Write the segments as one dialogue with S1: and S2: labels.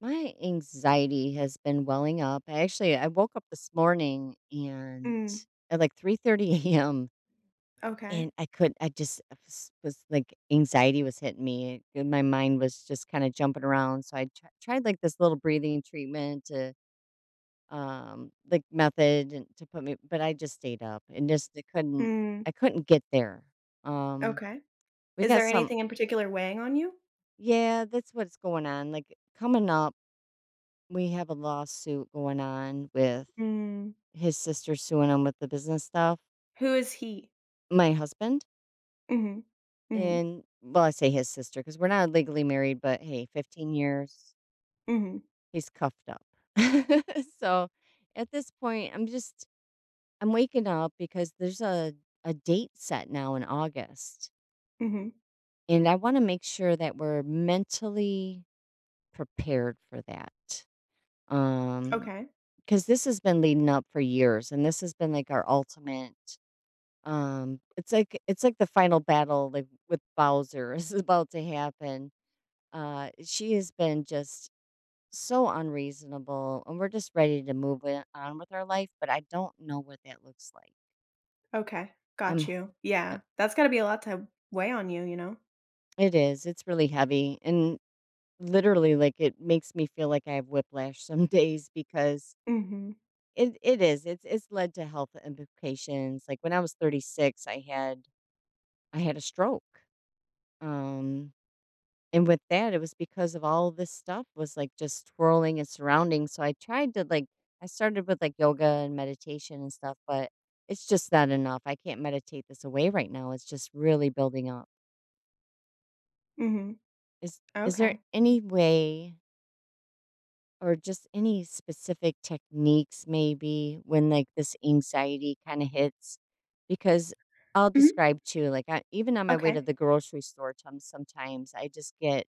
S1: My anxiety has been welling up. I woke up this morning and
S2: Mm,
S1: at like 3:30 a.m.
S2: okay.
S1: and I just was like anxiety was hitting me. And My mind was just kind of jumping around. So I tried like this little breathing treatment to like method and to put me, but I just stayed up and just
S2: Mm,
S1: I couldn't get there. Um
S2: okay.
S1: we
S2: Is
S1: got
S2: there
S1: some
S2: anything in particular weighing on you?
S1: yeah, that's what's going on. Like coming up, we have a lawsuit going on with
S2: Mm.
S1: his sister suing him with the business stuff.
S2: Who is he?
S1: My husband,
S2: Mhm. Mhm.
S1: and well, I say his sister because we're not legally married, but hey, 15 years,
S2: Mhm.
S1: he's cuffed up. So at this point, I'm just I'm waking up because there's a date set now in August,
S2: Mhm.
S1: and I want to make sure that we're mentally prepared for that. Um,
S2: Okay.
S1: because this has been leading up for years, and this has been like our ultimate. It's like the final battle, like, with Bowser, is about to happen. She has been just so unreasonable, and we're just ready to move it on with our life, but I don't know what that looks like.
S2: Okay.
S1: I'm
S2: Got you.
S1: uh,
S2: Yeah. That's gotta be a lot to weigh on you, you know?
S1: it is, it's really heavy, and literally, like, it makes me feel like I have whiplash some days because
S2: Mhm.
S1: it is, it's led to health implications, like, when I was 36, I had a stroke, um and with that, it was because of all this stuff was, like, just twirling and surrounding, so I tried to, like, I started with, like, yoga and meditation and stuff, but it's just not enough. I can't meditate this away right now. It's just really building up.
S2: Mhm.
S1: Is there
S2: Okay.
S1: any way or just any specific techniques maybe when, like, this anxiety kinda hits? Because I'll
S2: Mhm.
S1: describe too, like, I even on my way to
S2: Okay.
S1: the grocery store tom sometimes I just get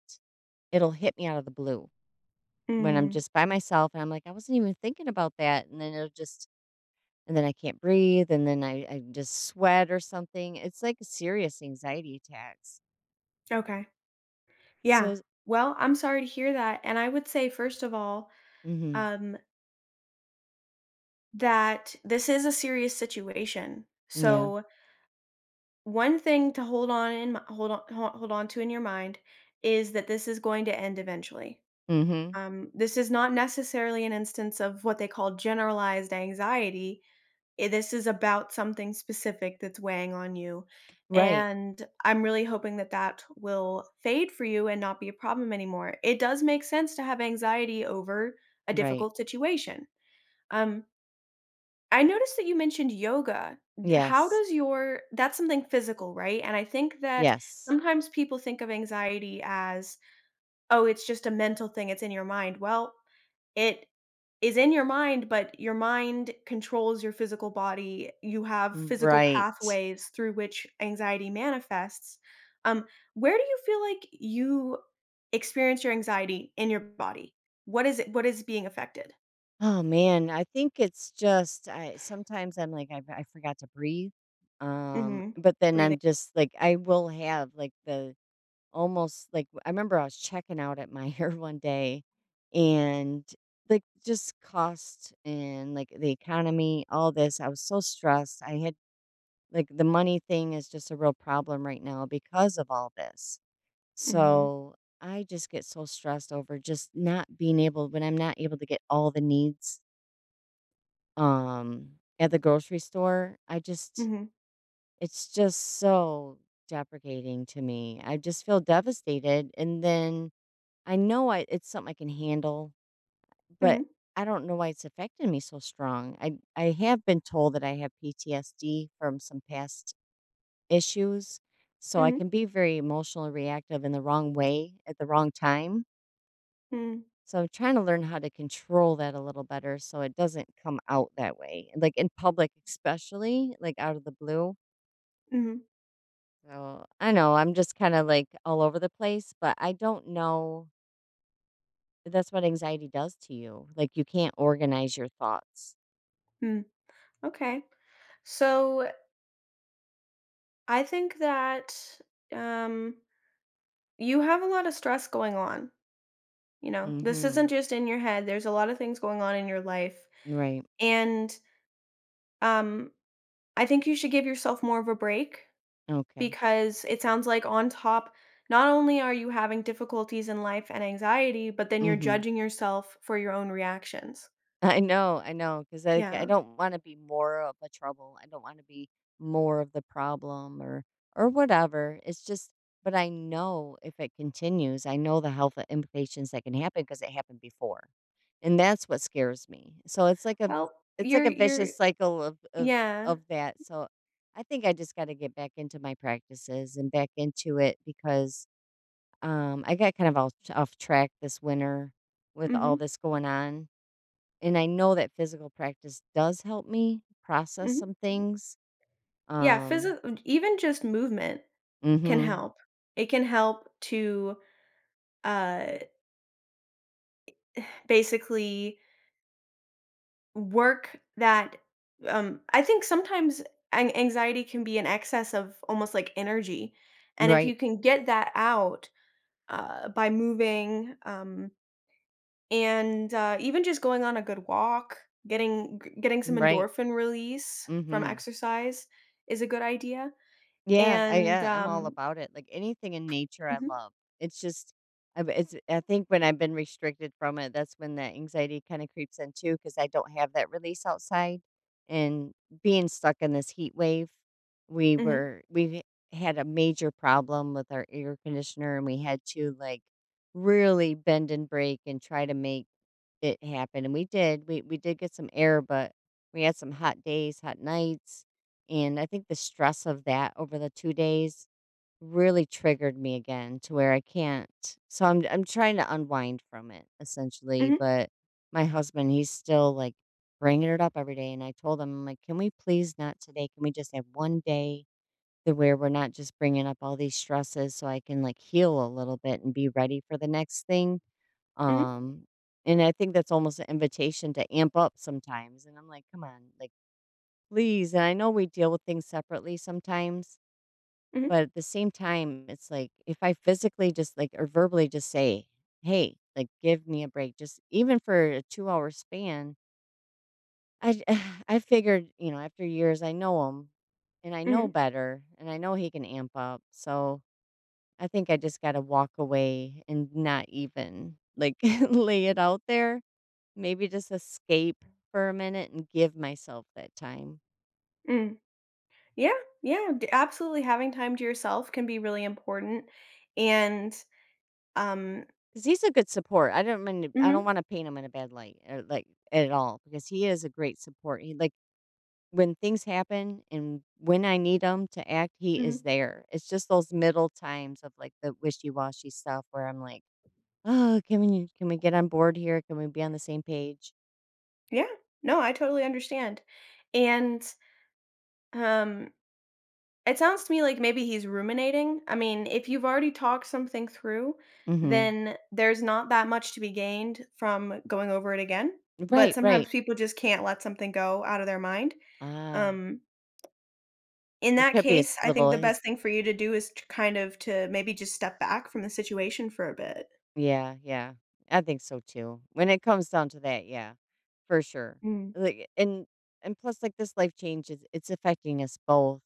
S1: it'll hit me out of the blue. When I'm
S2: Mm,
S1: just by myself and I'm like, I wasn't even thinking about that. And then it'll just, and then I can't breathe. And then I just sweat or something. It's like serious anxiety attacks.
S2: okay. Yeah.
S1: So,
S2: Well, I'm sorry to hear that, and I would say, first of all,
S1: mm-hmm,
S2: um, that this is a serious situation.
S1: yeah.
S2: So one thing to hold on in m hold on ho hold on to in your mind is that this is going to end eventually.
S1: Mm-hmm.
S2: This is not necessarily an instance of what they call generalized anxiety. This is about something specific that's weighing on you,
S1: Right.
S2: and I'm really hoping that that will fade for you and not be a problem anymore. It does make sense to have anxiety over a
S1: Right.
S2: difficult situation. Um, I noticed that you mentioned yoga. How
S1: Yes.
S2: does your— that's something physical, right? And I think that
S1: Yes.
S2: sometimes people think of anxiety as, oh, it's just a mental thing, it's in your mind. Well, it is in your mind, but your mind controls your physical body. You have physical
S1: Right.
S2: pathways through which anxiety manifests. Um, where do you feel like you experience your anxiety in your body? What is it? What is being affected?
S1: Oh man, I think it's just I sometimes I'm like I forgot to breathe.
S2: Hmm.
S1: But then
S2: Breathing.
S1: I'm just like I will have like the almost like I remember I was checking out at my hair one day and like just cost and like the economy, all this. I was so stressed. I had like the money thing is just a real problem right now because of all this.
S2: Hmm.
S1: So I just get so stressed over just not being able when I'm not able to get all the needs um at the grocery store. I just
S2: Hmm.
S1: it's just so deprecating to me. I just feel devastated, and then I know I it's something I can handle, but
S2: Hmm.
S1: I don't know why it's affecting me so strong. I have been told that I have PTSD from some past issues, so I
S2: Mhm,
S1: can be very emotionally reactive in the wrong way at the wrong time.
S2: mhm,
S1: So I'm trying to learn how to control that a little better so it doesn't come out that way. Like in public especially, like out of the blue.
S2: mhm,
S1: So I know I'm just kind of like all over the place, but I don't know. That's what anxiety does to you. Like, you can't organize your thoughts.
S2: mhm. Okay. So I think that um, you have a lot of stress going on. You know, this isn't
S1: Mhm.
S2: just in your head. There's a lot of things going on in your life,
S1: Right.
S2: and um, I think you should give yourself more of a break
S1: Okay.
S2: because it sounds like on top, not only are you having difficulties in life and anxiety, but then you're
S1: Mhm.
S2: judging yourself for your own reactions.
S1: I know because I
S2: Yeah.
S1: don't wanna be more of a trouble. I don't wanna be more of the problem or whatever. It's just but I know if it continues, I know the health implications that can happen because it happened before. And that's what scares me. So
S2: Well,
S1: it's like
S2: you're
S1: a
S2: you're
S1: vicious cycle of
S2: yeah.
S1: of that. So I think I just got to get back into my practices and back into it because I got kind of off track this winter with all
S2: Mhm.
S1: this going on. And I know that physical practice does help me process
S2: Mhm.
S1: some things.
S2: Yeah,
S1: Um
S2: physical. Even just movement can
S1: mhm.
S2: help. It can help to, uh, basically work that, I think sometimes an anxiety can be an excess of almost like energy, and if
S1: Right.
S2: you can get that out, by moving, and, even just going on a good walk, getting g getting some
S1: Right.
S2: endorphin release from
S1: Mhm.
S2: exercise is a good idea,
S1: Yeah, I
S2: and,
S1: yeah, I'm all about it. Like anything in nature I
S2: Mhm,
S1: love. It's just I b it's I think when I've been restricted from it, that's when that anxiety kinda creeps in too, because I don't have that release outside, and being stuck in this heat wave, we
S2: mhm,
S1: were we had a major problem with our air conditioner, and we had to, like, really bend and break and try to make it happened, and we did. We did get some air, but we had some hot days, hot nights, and I think the stress of that over the 2 days really triggered me again to where I can't so I'm trying to unwind from it essentially,
S2: mhm,
S1: but my husband, he's still, like, bringing it up every day, and I told him, I'm like, "Can we please not today? Can we just have 1 day to where we're not just bringing up all these stresses so I can, like, heal a little bit and be ready for the next thing?"
S2: mhm,
S1: Um, and I think that's almost an invitation to amp up sometimes, and I'm like, "Come on, like, please," and I know we deal with things separately sometimes,
S2: mhm.
S1: but at the same time, it's like, if I physically just, like, or verbally just say, "Hey, like, give me a break," just even for a two-hour span, I I figured, you know, after years, I know him, and I know
S2: Mhm,
S1: better, and I know he can amp up, so I think I just gotta walk away and not even, like, lay it out there. Maybe just escape for a minute and give myself that time.
S2: mm. Yeah, yeah, d absolutely, having time to yourself can be really important, and, um
S1: Cause he's a good support. I
S2: mhm,
S1: don't wanna paint him in a bad light, or, like, at all, because he is a great support. He like, when things happen and when I need him to act, he is
S2: mhm,
S1: there. It's just those middle times of, like, the wishy-washy stuff where I'm like, "Oh, can we get on board here? Can we be on the same page?"
S2: yeah, no, I totally understand, and, um, it sounds to me like maybe he's ruminating, I mean, if you've already talked something through,
S1: Mhm.
S2: then there's not that much to be gained from going over it again, but
S1: Right,
S2: sometimes
S1: right.
S2: people just can't let something go out of their mind,
S1: Ah,
S2: um In
S1: it
S2: that
S1: could be
S2: case,
S1: his
S2: I think
S1: little
S2: the
S1: his
S2: best thing for you to do is to kind of to maybe just step back from the situation for a bit.
S1: yeah, yeah. I think so too. When it comes down to that, yeah. For sure.
S2: Mm,
S1: Like and plus like this life change is it's affecting us both,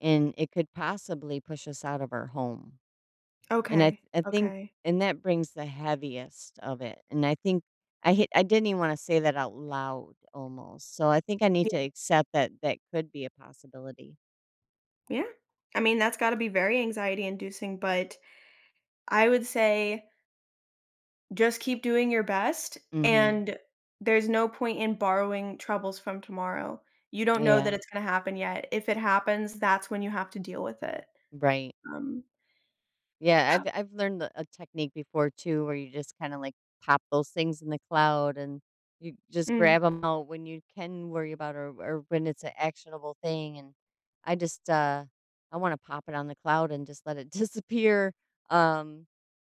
S1: and it could possibly push us out of our home. And I
S2: okay,
S1: I think
S2: okay.
S1: and that brings the heaviest of it. And I think I didn't even want to say that out loud almost. So I think I need
S2: Yeah.
S1: to accept that that could be a possibility.
S2: Yeah. I mean, that's gotta be very anxiety inducing, but I would say just keep doing your best,
S1: Mhm.
S2: and there's no point in borrowing troubles from tomorrow. You don't know that
S1: Yeah.
S2: it's gonna happen yet. If it happens, that's when you have to deal with it.
S1: Right.
S2: Um
S1: Yeah, I've I've learned a technique before too, where you just kinda, like, pop those things in the cloud, and you just
S2: Mm,
S1: grab them out when you can worry about or when it's an actionable thing, and I just, I wanna pop it on the cloud and just let it disappear, um,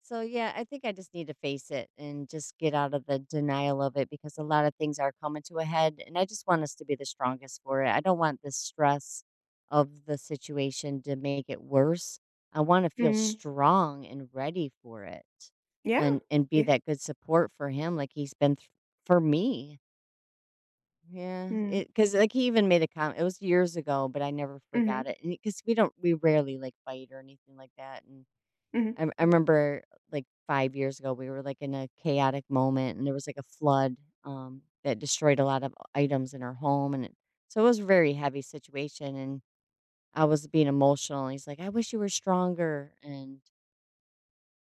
S1: so, yeah, I think I just need to face it and just get out of the denial of it because a lot of things are coming to a head, and I just want us to be the strongest for it. I don't want the stress of the situation to make it worse. I wanna feel
S2: mhm.
S1: strong and ready for it
S2: Yeah.
S1: and be
S2: Yeah.
S1: that good support for him like he's been th for me. Yeah,
S2: Mm.
S1: because like, he even made a comment. It was years ago, but I never forgot
S2: Mhm,
S1: it, and because we don't we rarely, like, fight or anything like that, and
S2: mhm.
S1: I remember, like, 5 years ago, we were, like, in a chaotic moment, and there was, like, a flood, that destroyed a lot of items in our home, and it so it was a very heavy situation, and I was being emotional, and he's like, "I wish you were stronger," and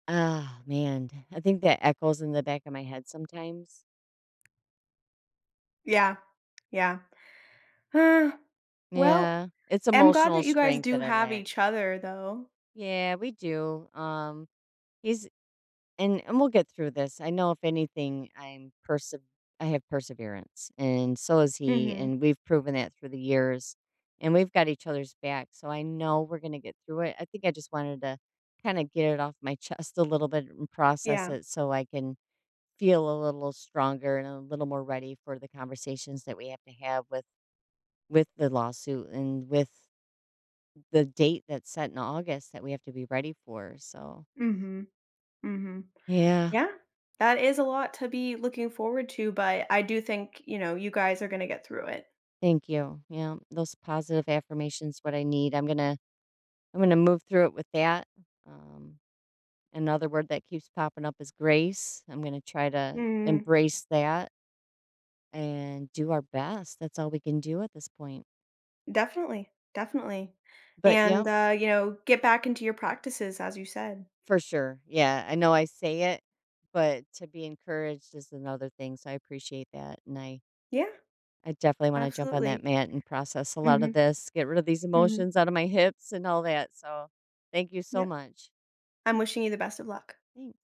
S1: oh man, I think that echoes in the back of my head sometimes.
S2: Yeah. Yeah. Well,
S1: Yeah, it's
S2: I'm glad
S1: emotional
S2: that you guys
S1: strength
S2: do
S1: that I
S2: have
S1: lack.
S2: each other, though.
S1: Yeah, we do. He's and we'll get through this. I know if anything, I have perseverance, and so is he,
S2: Mhm.
S1: and we've proven that through the years, and we've got each other's back. So I know we're gonna get through it. I think I just wanted to kind of get it off my chest a little bit and process
S2: Yeah.
S1: it, so I can feel a little stronger and a little more ready for the conversations that we have to have with the lawsuit and with the date that's set in August that we have to be ready for. So,
S2: Mhm. Mhm.
S1: yeah,
S2: Yeah. That is a lot to be looking forward to, but I do think, you know, you guys are gonna get through it.
S1: thank you. Yeah, those positive affirmations what I need. I'm going to move through it with that. Um Another word that keeps popping up is grace. I'm going to try to
S2: Mm.
S1: embrace that and do our best. That's all we can do at this point.
S2: Definitely. Definitely.
S1: But yeah,
S2: And, you know, get back into your practices, as you said.
S1: for sure. Yeah, I know I say it, but to be encouraged is another thing, so I appreciate that, and
S2: Yeah.
S1: I definitely wanna jump on that
S2: Absolutely.
S1: mat and process a lot of
S2: Mhm.
S1: this, get rid of these
S2: Mhm.
S1: emotions out of my hips and all that, so thank you so
S2: Yep.
S1: much.
S2: I'm wishing you the best of luck.
S1: Thanks.